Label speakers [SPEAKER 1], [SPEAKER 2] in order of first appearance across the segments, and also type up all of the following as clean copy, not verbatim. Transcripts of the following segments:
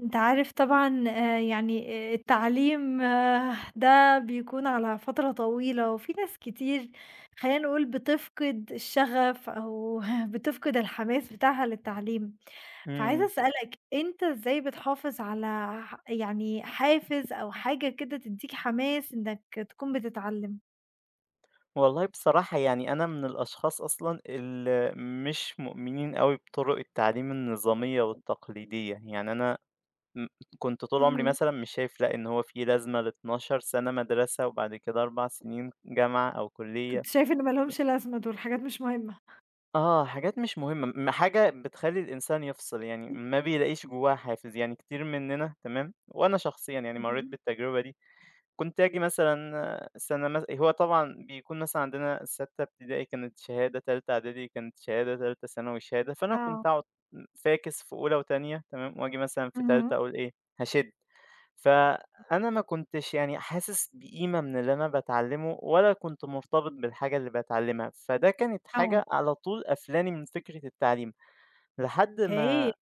[SPEAKER 1] أنت عارف طبعًا يعني التعليم ده بيكون على فترة طويلة، وفي ناس كتير خلّينا نقول بتفقد الشغف أو بتفقد الحماس بتاعها للتعليم، فعايزة
[SPEAKER 2] إمم.
[SPEAKER 1] أسألك أنت إزاي بتحافظ على يعني حافز أو حاجة كده تدّيك حماس إنك تكون بتتعلم؟
[SPEAKER 2] والله بصراحة يعني أنا من الأشخاص أصلًا اللي مش مؤمنين أوي بطرق التعليم النظامية والتقليدية. يعني أنا م كنت طول عمري
[SPEAKER 1] اهم.
[SPEAKER 2] مثلًا مش شايف لأ، إن هو في لازمة ل12 سَنة مدرسة وبعد كده 4 سنين جامعة أو كُلّية.
[SPEAKER 1] كنت شايف إن ما لهمش لازمة دول، حاجات مش مهمة.
[SPEAKER 2] آه، حاجات مش مهمة، حاجة بتخلّي الإنسان يفصل، يعني ما بيلاقيش جوّاها حافز. يعني كتير مننا تمام، وأنا شخصيًا يعني مرّيت
[SPEAKER 1] اهم.
[SPEAKER 2] بالتجربة دي. كنت آجي مثلًا سَنة هو طبعًا بيكون مثلًا عندنا سَتّة ابتدائي كانت شهادة، تالتة إعدادي كانت شهادة، تالتة ثانوي شهادة، فأنا كنت
[SPEAKER 1] آه.
[SPEAKER 2] أقعد فاكس في أولى وتانية تمام، وآجي مثلًا في
[SPEAKER 1] اهم.
[SPEAKER 2] تالتة أقول إيه، هاشِد. فأنا ما كنتش يعني حاسس بقيمة من اللي أنا باتعلّمه ولا كنت مرتبط بالحاجة اللي باتعلّمها، فده كانت
[SPEAKER 1] آه.
[SPEAKER 2] حاجة على طول قافلاني من فكرة التعليم لحد
[SPEAKER 1] أوكي.
[SPEAKER 2] ما.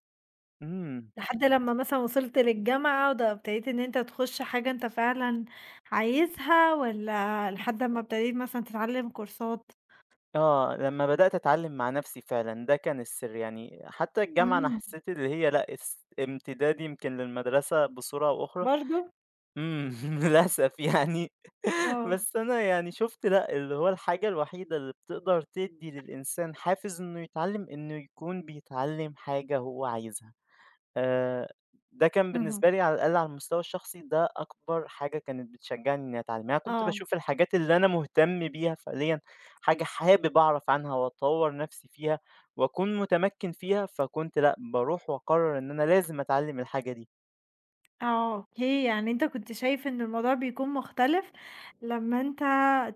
[SPEAKER 2] إمم.
[SPEAKER 1] لحد لمّا مثلًا وصلت للجامعة وده ابتديت إن أنت تخش حاجة أنت فعلًا عايزها والّا لحد أمّا ابتديت مثلًا تتعلم كورسات؟
[SPEAKER 2] آه، لمّا بدأت أتعلّم مع نَفْسي فعلًا، ده كان السِر، يعني حتى الجامعة أنا
[SPEAKER 1] إمم،
[SPEAKER 2] حسّيت اللي هي لأ امتداد يمكن للمدرسة بصورة أو أخرى،
[SPEAKER 1] برضه؟
[SPEAKER 2] إمم، للأسف يعني
[SPEAKER 1] آه.
[SPEAKER 2] بس أنا يعني شُفت لأ، اللي هو الحاجة الوحيدة اللي بتقدر تدّي للإنسان حافز إنه يتعلّم، إنه يكون بيتعلّم حاجة هو عايزها. آآ، ده كان
[SPEAKER 1] اهم.
[SPEAKER 2] بالنسبة لي على الأقل على المستوى الشخصي ده أكبر حاجة كانت بتشجّعني إنّي أتعلّمها، كنت
[SPEAKER 1] آه،
[SPEAKER 2] باشوف الحاجات اللي أنا مهتم بيها فعليًا، حاجة حابب أعرف عنها وأطوّر نَفْسي فيها وأكون متمكّن فيها، فكنت لأ، باروح وأقرّر إن أنا لازم أتعلّم الحاجة دي.
[SPEAKER 1] آه، أوكي، يعني أنت كنت شايف إن الموضوع بيكون مختلف لمّا أنت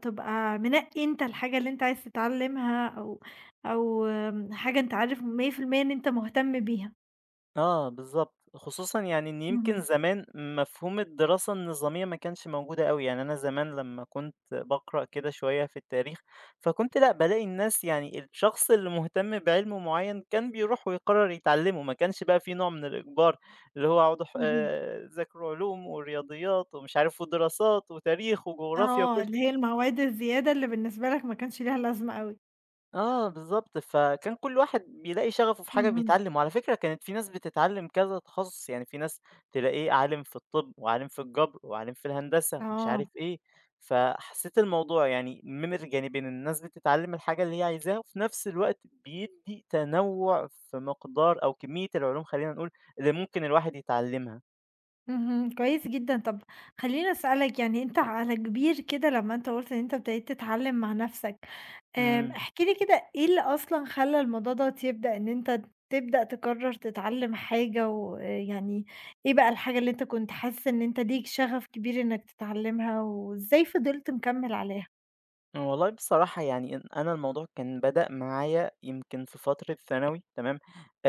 [SPEAKER 1] تبقى منقّي أنت الحاجة اللي أنت عايز تتعلمها أو حاجة أنت عارف 100% إن أنت مهتم بيها.
[SPEAKER 2] آه بالضبط، خصوصًا يعني إن
[SPEAKER 1] اهم،
[SPEAKER 2] يمكن زمان مفهوم الدراسة النظامية ما كانش موجودة أوي، يعني أنا زمان لمّا كنت باقرأ كده شوية في التاريخ، فكنت لأ بالاقي الناس يعني الشخص اللي مهتم بعلم معيّن كان بيروح ويقرر يتعلمه، ما كانش بقى في نوع من الإجبار، اللي هو اقعدوا ح
[SPEAKER 1] اهم.
[SPEAKER 2] ذاكروا علوم ورياضيات ومش عارف ودراسات وتاريخ وجغرافيا
[SPEAKER 1] آه،
[SPEAKER 2] وكل.
[SPEAKER 1] اللي هي المواد الزيادة اللي بالنسبة لك ما كانش ليها لازمة أوي.
[SPEAKER 2] آه بالضبط، فكان كل واحد بيلاقي شغفه في حاجة
[SPEAKER 1] اهم.
[SPEAKER 2] بيتعلّم، وعلى فكرة كانت في ناس بتتعلّم كذا تخصُّص، يعني في ناس تلاقيه عالِم في الطِب وعالِم في الجَبر وعالِم في الهندسة ومش عارف
[SPEAKER 1] آه،
[SPEAKER 2] إيه، فحسّيت الموضوع يعني مِمِر جانبين، الناس بتتعلّم الحاجة اللي هي عايزاها وفي نفس الوقت بيدّي تنوُّع في مقدار أو كمية العلوم خلّينا نقول اللي ممكن الواحد يتعلّمها.
[SPEAKER 1] اهم، كويس جدًا. طَب خلّيني أسألك يعني أنت على كبير كده لمّا أنت قُلت إن أنت ابتديت تتعلّم مع نَفْسك،
[SPEAKER 2] إمم.
[SPEAKER 1] احكِ لي كده إيه اللي أصلًا خلّى الموضوع دوّة يبدأ إن أنت تبدأ تقرّر تتعلّم حاجة ويعني إيه بقى الحاجة اللي أنت كنت حاسس إن أنت ليك شغف كبير إنّك تتعلّمها وإزاي فضلت مكمّل عليها؟
[SPEAKER 2] والله بصراحة يعني إن أنا الموضوع كان بدأ معايا يمكن في فترة ثانوي تمام.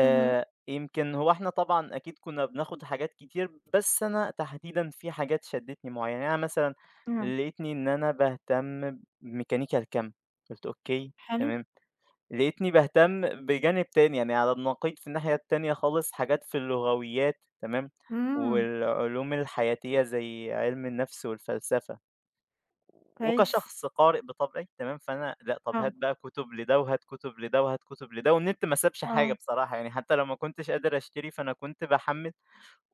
[SPEAKER 1] اهم.
[SPEAKER 2] يمكن هو احنا طبعا أكيد كنا بناخد حاجات كتير بس أنا تحديدا في حاجات شدتني معينة، يعني أنا مثلا
[SPEAKER 1] إمم،
[SPEAKER 2] لقيتني إن أنا بهتم بميكانيكا الكم، قلت أوكي
[SPEAKER 1] حلو،
[SPEAKER 2] تمام. لقيتني بهتم بجانب تاني يعني على النقيض في الناحية التانية خالص حاجات في اللغويات تمام،
[SPEAKER 1] إمم،
[SPEAKER 2] والعلوم الحياتية زي علم النفس والفلسفة.
[SPEAKER 1] كويس.
[SPEAKER 2] وكشخص قارئ بطبعي تمام، فأنا لأ طب هات
[SPEAKER 1] آه،
[SPEAKER 2] بقى كُتب لده، وهات كُتب لده، وهات كُتب لده، والنت ما سابش حاجة
[SPEAKER 1] آه.
[SPEAKER 2] بصراحة، يعني حتى لو ما كنتش قادر أشتري فأنا كنت باحمّل،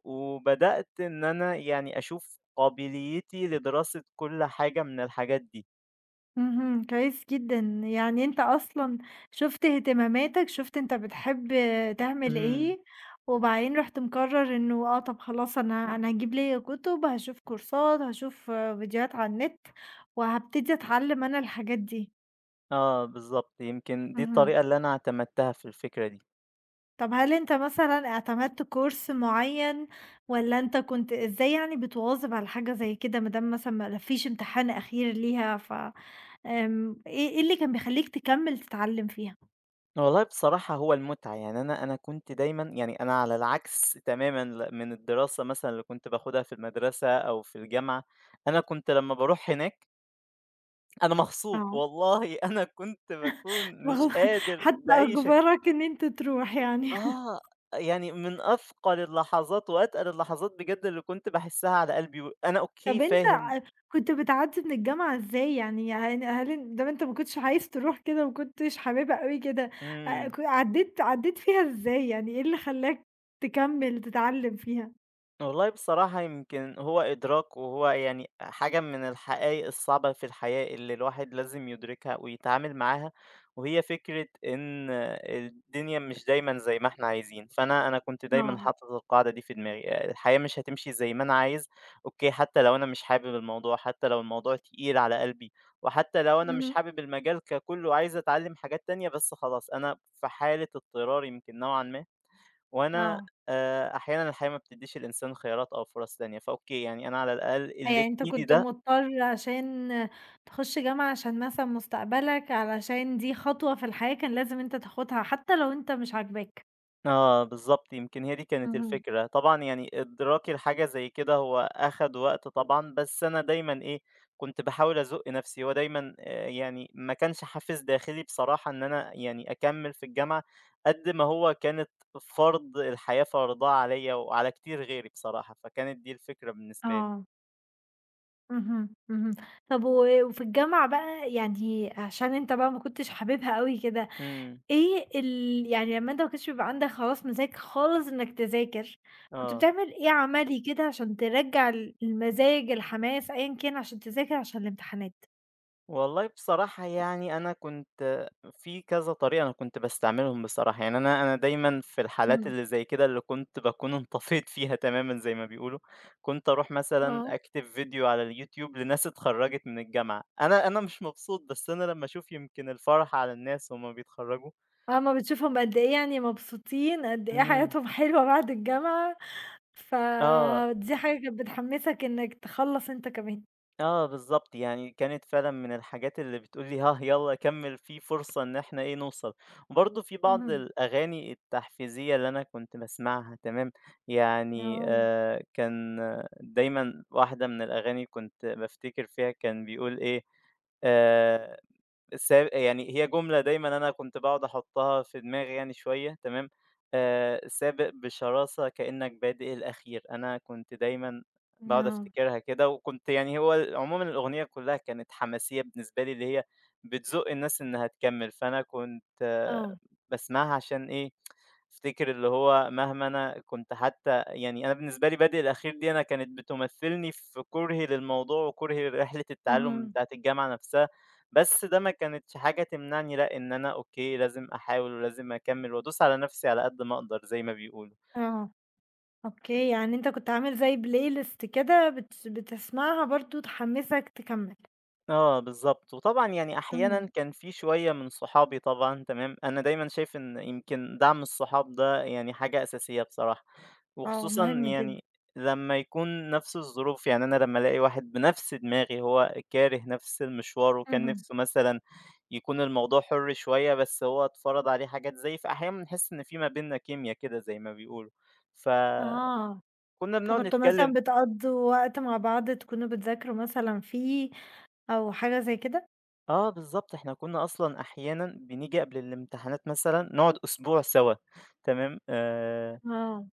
[SPEAKER 2] وبدأت إن أنا يعني أشوف قابليتي لدراسة كل حاجة من الحاجات دي.
[SPEAKER 1] اهم، كويس جدًا، يعني أنت أصلًا شُفت اهتماماتك، شُفت أنت بتحب تعمل
[SPEAKER 2] إمم.
[SPEAKER 1] إيه، وبعدين رُحت مقرّر إنه طب خلاص أنا هاجيب ليّا كُتب، هاشوف كورسات، هاشوف فيديوهات على النت، وهابتدي أتعلّم أنا الحاجات دي.
[SPEAKER 2] آه بالضبط، يمكن دي
[SPEAKER 1] اهم،
[SPEAKER 2] الطريقة اللي أنا اعتمدتها في الفكرة دي.
[SPEAKER 1] طب هل أنت مثلًا اعتمدت كورس معيّن، والّا أنت كنت إزاي يعني بتواظب على حاجة زي كده، ما دام مثلًا ما فيش امتحان أخير ليها، ف آمم، إيه اللي كان بيخلّيك تكمّل تتعلّم فيها؟
[SPEAKER 2] والله بصراحة هو المتعة، يعني أنا كنت دايمًا، يعني أنا على العكس تمامًا من الدراسة مثلًا اللي كنت باخدها في المدرسة أو في الجامعة، أنا كنت لمّا باروح هناك أنا مغصوب،
[SPEAKER 1] آه.
[SPEAKER 2] والله أنا كنت باكون مش
[SPEAKER 1] والله
[SPEAKER 2] قادر
[SPEAKER 1] حتى
[SPEAKER 2] بأي شكل.
[SPEAKER 1] أجبرك إن أنت تروح يعني.
[SPEAKER 2] آه، يعني من أثقل اللحظات وأتقل اللحظات بجد اللي كنت باحسها على قلبي، وأنا أوكي
[SPEAKER 1] طب أنت
[SPEAKER 2] فاهم.
[SPEAKER 1] ع كنت بتعدّي من الجامعة إزاي يعني؟ يعني هل إن طب أنت ما كنتش عايز تروح كده، ما كنتش حاببها أوي كده،
[SPEAKER 2] إمم.
[SPEAKER 1] ك عدّيت فيها إزاي يعني، إيه اللي خلّاك تكمّل تتعلّم فيها؟
[SPEAKER 2] والله بصراحة يمكن هو إدراك، وهو يعني حاجة من الحقائق الصعبة في الحياة اللي الواحد لازم يدركها ويتعامل معاها، وهي فكرة إن الدنيا مش دايما زي ما احنا عايزين. فأنا كنت دايما
[SPEAKER 1] آه.
[SPEAKER 2] حاطط القاعدة دي في دماغي، الحياة مش هتمشي زي ما أنا عايز. أوكي حتى لو أنا مش حابب الموضوع، حتى لو الموضوع تقيل على قلبي، وحتى لو أنا مش
[SPEAKER 1] اهم.
[SPEAKER 2] حابب المجال ككله وعايز أتعلم حاجات تانية، بس خلاص أنا في حالة اضطرار يمكن نوعا ما. وأنا
[SPEAKER 1] آه.
[SPEAKER 2] أحيانًا الحياة ما بتدّيش الإنسان خيارات أو فرص تانية، فأوكي، يعني أنا على الأقل اللي
[SPEAKER 1] يعني
[SPEAKER 2] في
[SPEAKER 1] أنت
[SPEAKER 2] إيدي
[SPEAKER 1] كنت
[SPEAKER 2] ده.
[SPEAKER 1] مضطر عشان تخُش جامعة عشان مثلًا مستقبلك، علشان دي خطوة في الحياة كان لازم أنت تاخدها حتى لو أنت مش عاجباك.
[SPEAKER 2] آه، بالضبط، يمكن هي دي كانت
[SPEAKER 1] اهم.
[SPEAKER 2] الفكرة. طبعًا يعني إدراكي لحاجة زي كده هو أخَد وقت طبعًا، بس أنا دايمًا إيه، كنت باحاول أزُق نَفْسي، هو دايمًا يعني ما كانش حافز داخلي بصراحة إن أنا يعني أكمِّل في الجامعة قد ما هو كانت فرض الحياة فرضاه عليّا وعلى كتير غيري بصراحة، فكانت دي الفكرة بالنسبة لي.
[SPEAKER 1] آه. اهم، اهم. طب و وفي الجامعة بقى يعني عشان أنت بقى ما كنتش حاببها أوي كده،
[SPEAKER 2] إمم،
[SPEAKER 1] إيه يعني لمّا أنت ما كانش بيبقى عندك خلاص مزاج خالص إنك تذاكر، كنت
[SPEAKER 2] آه.
[SPEAKER 1] بتعمل إيه عملي كده عشان ترجّع المزاج، الحماس، أيًا كان عشان تذاكر عشان الامتحانات؟
[SPEAKER 2] والله بصراحة يعني أنا كنت في كذا طريقة أنا كنت باستعملهم بصراحة، يعني أنا دايمًا في الحالات
[SPEAKER 1] إمم.
[SPEAKER 2] اللي زي كده اللي كنت باكون انطفيت فيها تمامًا زي ما بيقولوا، كنت أروح مثلًا
[SPEAKER 1] آه،
[SPEAKER 2] أكتب فيديو على اليوتيوب لناس اتخرجت من الجامعة، أنا مش مبسوط بس أنا لما أشوف يمكن الفرح على الناس وهُم بيتخرجوا.
[SPEAKER 1] أمّا بتشوفهم قد إيه يعني مبسوطين، قد إيه
[SPEAKER 2] إمم.
[SPEAKER 1] حياتهم حلوة بعد الجامعة،
[SPEAKER 2] آه.
[SPEAKER 1] فدي حاجة كانت بتحمّسك إنك تخلّص أنت كمان.
[SPEAKER 2] آه بالضبط، يعني كانت فعلًا من الحاجات اللي بتقول لي ها يالّا كمّل، في فرصة إن إحنا إيه نوصل. وبرضه في بعض
[SPEAKER 1] اهم،
[SPEAKER 2] الأغاني التحفيزية اللي أنا كنت باسمعها تمام، يعني
[SPEAKER 1] آه،
[SPEAKER 2] كان آه، دايمًا واحدة من الأغاني كنت بافتكر فيها كان بيقول إيه. آآ س يعني هي جملة دايمًا أنا كنت باقعد أحطها في دماغي يعني شوية تمام، سابق بشراسة كأنك بادئ الأخير، أنا كنت دايمًا باقعد
[SPEAKER 1] آه،
[SPEAKER 2] أفتكرها كده، وكنت يعني هو عمومًا الأغنية كلها كانت حماسية بالنسبة لي، اللي هي بتزُق الناس إنها تكمّل، فأنا كنت
[SPEAKER 1] آه،
[SPEAKER 2] باسمعها عشان إيه أفتكر اللي هو مهما أنا كنت حتى، يعني أنا بالنسبة لي بادئ الأخير دي أنا كانت بتمثّلني في كُرهي للموضوع وكُرهي لرحلة التعلُّم
[SPEAKER 1] اهم.
[SPEAKER 2] بتاعة الجامعة نَفْسها، بس ده ما كانتش حاجة تمنعني لأ، إن أنا أوكي لازم أحاول ولازم أكمّل وأدوس على نَفْسي على قد ما أقدر زي ما بيقولوا.
[SPEAKER 1] آه، أوكي، يعني أنت كنت عامل زي playlist كده بتسمعها برضه تحمّسك تكمّل.
[SPEAKER 2] آه بالضبط، وطبعًا يعني
[SPEAKER 1] إمم،
[SPEAKER 2] أحيانًا كان في شوية من صحابي طبعًا تمام، أنا دايمًا شايف إن يمكن دعم الصحاب ده يعني حاجة أساسية بصراحة،
[SPEAKER 1] آه،
[SPEAKER 2] وخصوصًا
[SPEAKER 1] مهم جدًا.
[SPEAKER 2] يعني لمّا يكون نفس الظروف، يعني أنا لمّا ألاقي واحد بنفس دماغي هو كاره نفس المشوار وكان
[SPEAKER 1] اهم،
[SPEAKER 2] نفسه مثلًا يكون الموضوع حُر شوية، بس هو اتفرض عليه حاجات زيي، فأحيانًا بنحس إن في ما بيننا كيميا كده زي ما بيقولوا، فكنا
[SPEAKER 1] آه،
[SPEAKER 2] بنقعد
[SPEAKER 1] فكنتوا مثلًا
[SPEAKER 2] نتكلم.
[SPEAKER 1] بتقضّوا وقت مع بعض تكونوا بتذاكروا مثلًا فيه أو حاجة زي كده؟
[SPEAKER 2] آه بالضبط، إحنا كنا أصلًا أحيانًا بنيجي قبل الامتحانات مثلًا نقعد أسبوع سوا، تمام،
[SPEAKER 1] آه،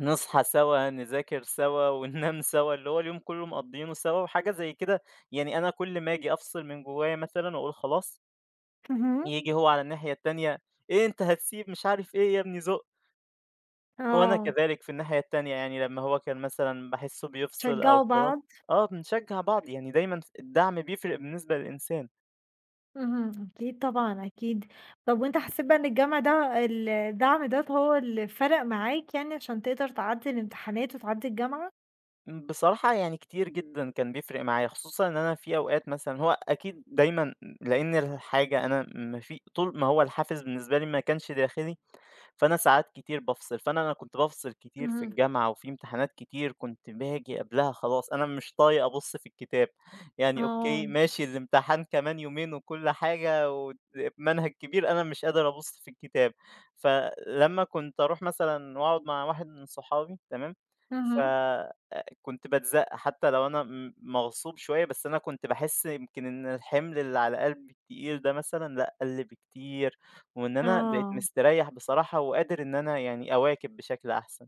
[SPEAKER 2] نصحى سوا، نذاكر سوا، وننام سوا، اللي هو اليوم كله مقضيينه سوا، وحاجة زي كده. يعني أنا كل ما آجي أفصل من جوايا مثلًا وأقول خلاص،
[SPEAKER 1] اهم،
[SPEAKER 2] ييجي هو على الناحية التانية، إيه أنت هتسيب مش عارف إيه يا ابني زُق، وأنا
[SPEAKER 1] آه،
[SPEAKER 2] كذلك في الناحية التانية، يعني لمّا هو كان مثلًا باحسه بيفصل أو
[SPEAKER 1] تشجّعوا
[SPEAKER 2] خلاص.
[SPEAKER 1] بعض،
[SPEAKER 2] آه بنشجع بعض، يعني دايمًا الدعم بيفرق بالنسبة للإنسان.
[SPEAKER 1] اهم، أكيد طبعًا، أكيد. طَب وأنت حسّيت بقى إن الجمع ده الدعم ده هو اللي فرق معاك يعني عشان تقدر تعدّي الامتحانات وتعدّي الجامعة؟
[SPEAKER 2] إمم، بصراحة يعني كتير جدًا كان بيفرق معايا، خصوصًا إن أنا في أوقات مثلًا هو أكيد دايمًا. لإن الحاجة أنا ما في طول ما هو الحافز بالنسبة لي ما كانش داخلي، فأنا ساعات كتير بافصل، فأنا كنت بافصل كتير في
[SPEAKER 1] اهم،
[SPEAKER 2] الجامعة وفي امتحانات كتير كنت باجي قبلها خلاص أنا مش طايق أبُص في الكتاب، يعني أوكي
[SPEAKER 1] آه،
[SPEAKER 2] ماشي الامتحان كمان يومين وكل حاجة ومنهج كبير، أنا مش قادر أبُص في الكتاب. فلمّا كنت أروح مثلًا وأقعد مع واحد من صحابي تمام، ف
[SPEAKER 1] اهم.
[SPEAKER 2] كنت باتزق حتى لو أنا مغصوب شوية، بس أنا كنت باحس يمكن إن الحمل اللي على قلبي التقيل ده مثلًا لأ قَل بكتير. وإن أنا بقيت
[SPEAKER 1] آه،
[SPEAKER 2] مستريّح بصراحة وقادر إن أنا يعني أواكب بشكل أحسن.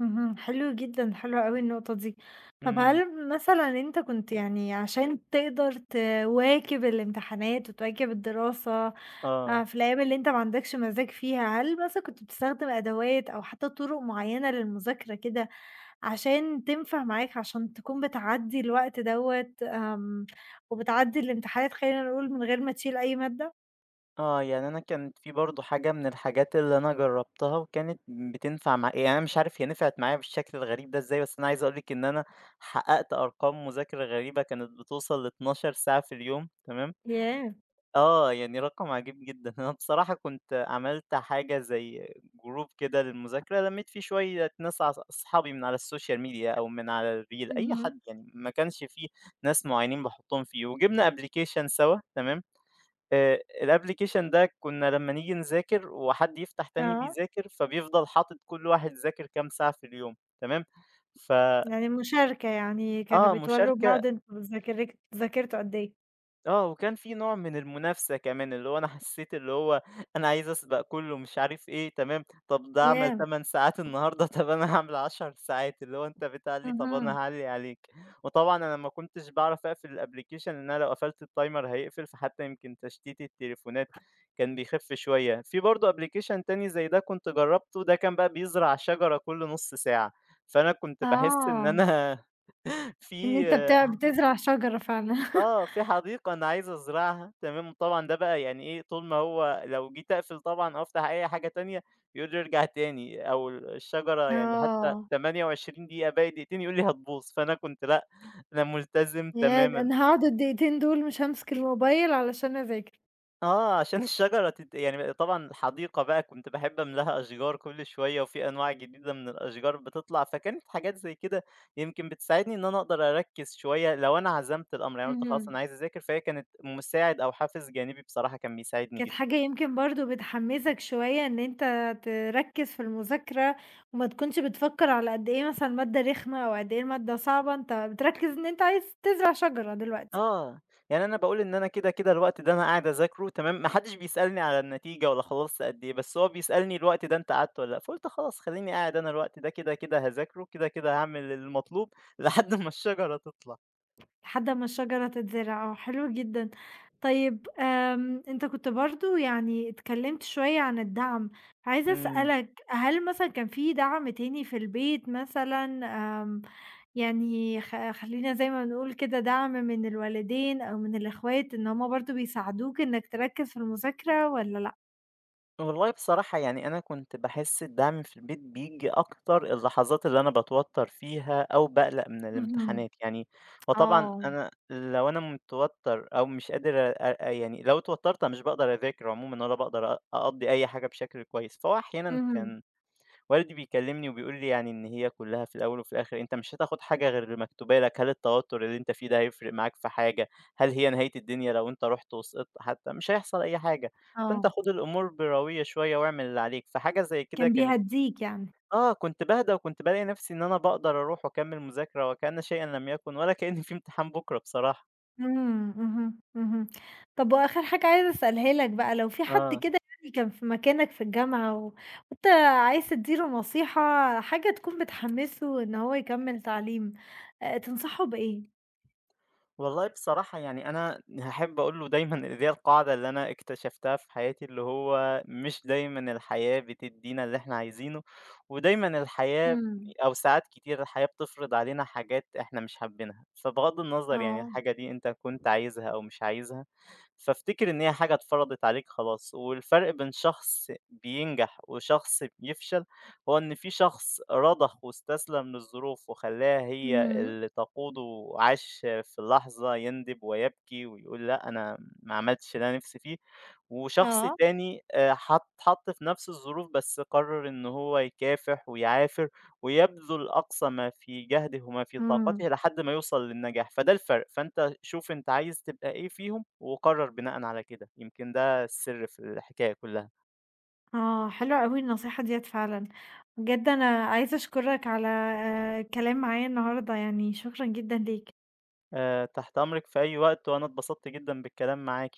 [SPEAKER 1] اهم، حلو جدًا، حلوة أوي النقطة دي. طب
[SPEAKER 2] إمم،
[SPEAKER 1] هل مثلًا أنت كنت يعني عشان تقدر تواكب الامتحانات وتواكب الدراسة
[SPEAKER 2] آه،
[SPEAKER 1] في الأيام اللي أنت ما عندكش مزاج فيها، هل مثلًا كنت بتستخدم أدوات أو حتى طرق معينة للمذاكرة كده عشان تنفع معاك، عشان تكون بتعدّي الوقت دوّة وبتعدّي الامتحانات خلّينا نقول من غير ما تشيل أي مادة؟
[SPEAKER 2] آه، يعني أنا كانت في برضه حاجة من الحاجات اللي أنا جرّبتها وكانت بتنفع مع، يعني أنا مش عارف هي نفعت معايا بالشكل الغريب ده إزاي، بس أنا عايز أقول لِك إن أنا حققت أرقام مذاكرة غريبة كانت بتوصل ل12 ساعة في اليوم، تمام؟
[SPEAKER 1] ياه!
[SPEAKER 2] آه، يعني رقم عجيب جدًا. أنا بصراحة كنت عملت حاجة زي جروب كده للمذاكرة، لمّيت فيه شوية ناس أصحابي من على السوشيال ميديا أو من على الريل، أي
[SPEAKER 1] اهم،
[SPEAKER 2] حد يعني، ما كانش فيه ناس معينين باحطهم فيه، وجِبنا application سوا تمام، آآ الapplication ده كنا لمّا نيجي نذاكر وحد يفتح تاني
[SPEAKER 1] آه.
[SPEAKER 2] بيذاكر، فبيفضل حاطط كل واحد ذاكر كام ساعة في اليوم تمام، ف
[SPEAKER 1] يعني مشاركة، يعني كانوا
[SPEAKER 2] آه،
[SPEAKER 1] بيتورّوا
[SPEAKER 2] مشاركة
[SPEAKER 1] بعض أنتم ذاكرتوا قد إيه؟
[SPEAKER 2] آه، وكان في نوع من المنافسة كمان، اللي هو أنا حسيت اللي هو أنا عايز أسبق كُلّه مش عارف إيه، تمام، طَب ده عمل
[SPEAKER 1] ياه!
[SPEAKER 2] 8 ساعات النهارده، طَب أنا هاعمل 10 ساعات، اللي هو أنت بتعلّي، طَب أنا
[SPEAKER 1] اهم.
[SPEAKER 2] هاعلّي عليك. وطبعًا أنا ما كنتش باعرف أقفل الapplication، إن أنا لو قفلت الtimer هيقفل، فحتى يمكن تشتيت التليفونات كان بيخف شوية. في برضه application تاني زي ده كنت جرّبته، ده كان بقى بيزرع شجرة كُلّ نُص ساعة، فأنا كنت باحس إن
[SPEAKER 1] آه،
[SPEAKER 2] أنا في.
[SPEAKER 1] إن أنت بتزرع شجرة فعلًا.
[SPEAKER 2] آه، في حديقة أنا عايز أزرعها، تمام، طبعًا ده بقى يعني إيه، طول ما هو لو جيت أقفل طبعًا أو أفتح أي حاجة تانية، يقول لي ارجع تاني أو الشجرة، يعني حتى
[SPEAKER 1] آه،
[SPEAKER 2] 28 دقيقة باقي دقيقتين يقول لي هتبوظ، فأنا كنت لأ، أنا ملتزم
[SPEAKER 1] ياه! ده
[SPEAKER 2] تمامًا.
[SPEAKER 1] أنا هاقعد الدقيقتين دول مش هامسك الموبايل علشان أذاكر.
[SPEAKER 2] آه، عشان الشجرة يعني طبعًا الحديقة بقى كنت باحب أملاها أشجار كل شوية، وفي أنواع جديدة من الأشجار بتطلع، فكانت حاجات زي كده يمكن بتساعدني إن أنا أقدر أركّز شوية لو أنا عزمت الأمر، يعني قُلت خلاص أنا
[SPEAKER 1] اهم.
[SPEAKER 2] عايز أذاكر، فهي كانت مساعد أو حافز جانبي بصراحة كان بيساعدني
[SPEAKER 1] كانت
[SPEAKER 2] جدًا.
[SPEAKER 1] حاجة يمكن برضه بتحمّسك شوية إن أنت تركّز في المذاكرة، وما تكونش بتفكّر على قد إيه مثلًا المادة رخمة أو قد إيه المادة صعبة، أنت بتركّز إن أنت عايز تزرع شجرة دلوقتي.
[SPEAKER 2] آه، يعني أنا باقول إن أنا كده، كده الوقت ده أنا قاعد أذاكره تمام، ما حدش بيسألني على النتيجة ولا خلصت قد إيه، بس هو بيسألني الوقت ده أنت قعدت والّا لأ، فقُلت خلاص خلّيني قاعد أنا الوقت ده كده، كده هاذاكره، كده، كده هاعمل المطلوب لحد ما الشجرة تطلع.
[SPEAKER 1] لحد أمّا الشجرة تتزرع آه، حلو جدًا. طيب أنت كنت برضه يعني اتكلّمت شوية عن الدعم، عايزة
[SPEAKER 2] إمم.
[SPEAKER 1] أسألك هل مثلًا كان في دعم تاني في البيت مثلًا يعني خلّينا زي ما بنقول كده دعم من الوالدين أو من الإخوات إن هُم برضه بيساعدوك إنك تركّز في المذاكرة والّا لأ؟
[SPEAKER 2] والله بصراحة يعني أنا كنت باحس الدعم في البيت بييجي أكتر اللحظات اللي أنا باتوتّر فيها أو باقلق من
[SPEAKER 1] اهم،
[SPEAKER 2] الامتحانات يعني، وطبعًا
[SPEAKER 1] آه،
[SPEAKER 2] أنا لو أنا متوتّر أو مش قادر يعني لو اتوتّرت أنا مش باقدر أذاكر عمومًا ولا باقدر أقضّي أي حاجة بشكل كويس، فهو أحيانًا
[SPEAKER 1] اهم،
[SPEAKER 2] كان والدي بيكلمني وبيقول لي، يعني إن هي كلها في الأول وفي الآخر أنت مش هتاخد حاجة غير اللي مكتوبة لك، هل التوتر اللي أنت فيه ده هيفرق معاك في حاجة؟ هل هي نهاية الدنيا لو أنت رُحت وسقطت حتى؟ مش هيحصل أي حاجة، فأنت
[SPEAKER 1] آه.
[SPEAKER 2] خُد الأمور بروية شوية واعمل اللي عليك، فحاجة زي كده
[SPEAKER 1] كان
[SPEAKER 2] كانت.
[SPEAKER 1] بيهدّيك يعني.
[SPEAKER 2] آه، كنت باهدى وكنت بالاقي نفسي إن أنا باقدر أروح وأكمّل مذاكرة وكأن شيئًا لم يكن ولا كأن في امتحان بكرة بصراحة.
[SPEAKER 1] إمم، اهم، اهم. طب وآخر حاجة عايزة أسألها لك بقى، لو في حد
[SPEAKER 2] آه.
[SPEAKER 1] كده يعني كان في مكانك في الجامعة وأنت عايز تدّيله نصيحة، حاجة تكون بتحمّسه إن هو يكمّل تعليم، تنصحه بإيه؟
[SPEAKER 2] والله بصراحة يعني أنا هاحب أقول له دايمًا إن دي القاعدة اللي أنا اكتشفتها في حياتي، اللي هو مش دايمًا الحياة بتدّينا اللي إحنا عايزينه، ودايمًا الحياة
[SPEAKER 1] إمم،
[SPEAKER 2] أو ساعات كتير الحياة بتفرض علينا حاجات إحنا مش حابينها، فبغض النظر يعني
[SPEAKER 1] آه،
[SPEAKER 2] الحاجة دي أنت كنت عايزها أو مش عايزها، فافتكر إن هي حاجة اتفرضت عليك خلاص، والفرق بين شخص بينجح وشخص بيفشل هو إن في شخص رضخ واستسلم للظروف وخلّاها هي
[SPEAKER 1] اهم،
[SPEAKER 2] اللي تقوده، وعاش في اللحظة، يندب ويبكي ويقول لأ، أنا ما عملتش اللي أنا نفسي فيه، وشخص
[SPEAKER 1] آه،
[SPEAKER 2] تاني حَط اتحط في نفس الظروف بس قرر إن هو يكافح ويعافر، ويبذل أقصى ما في جهده وما في
[SPEAKER 1] إمم،
[SPEAKER 2] طاقته لحد ما يوصل للنجاح، فده الفرق، فأنت شوف أنت عايز تبقى إيه فيهم وقرر بناءً على كده، يمكن ده السر في الحكاية كلها.
[SPEAKER 1] آه، حلوة أوي النصيحة ديّة فعلًا. بجد أنا عايزة أشكرك على الكلام معايا النهارده يعني، شكرًا جدًا ليك.
[SPEAKER 2] تحت أمرِك في أي وقت، وأنا اتبسطت جدًا بالكلام معاكِ.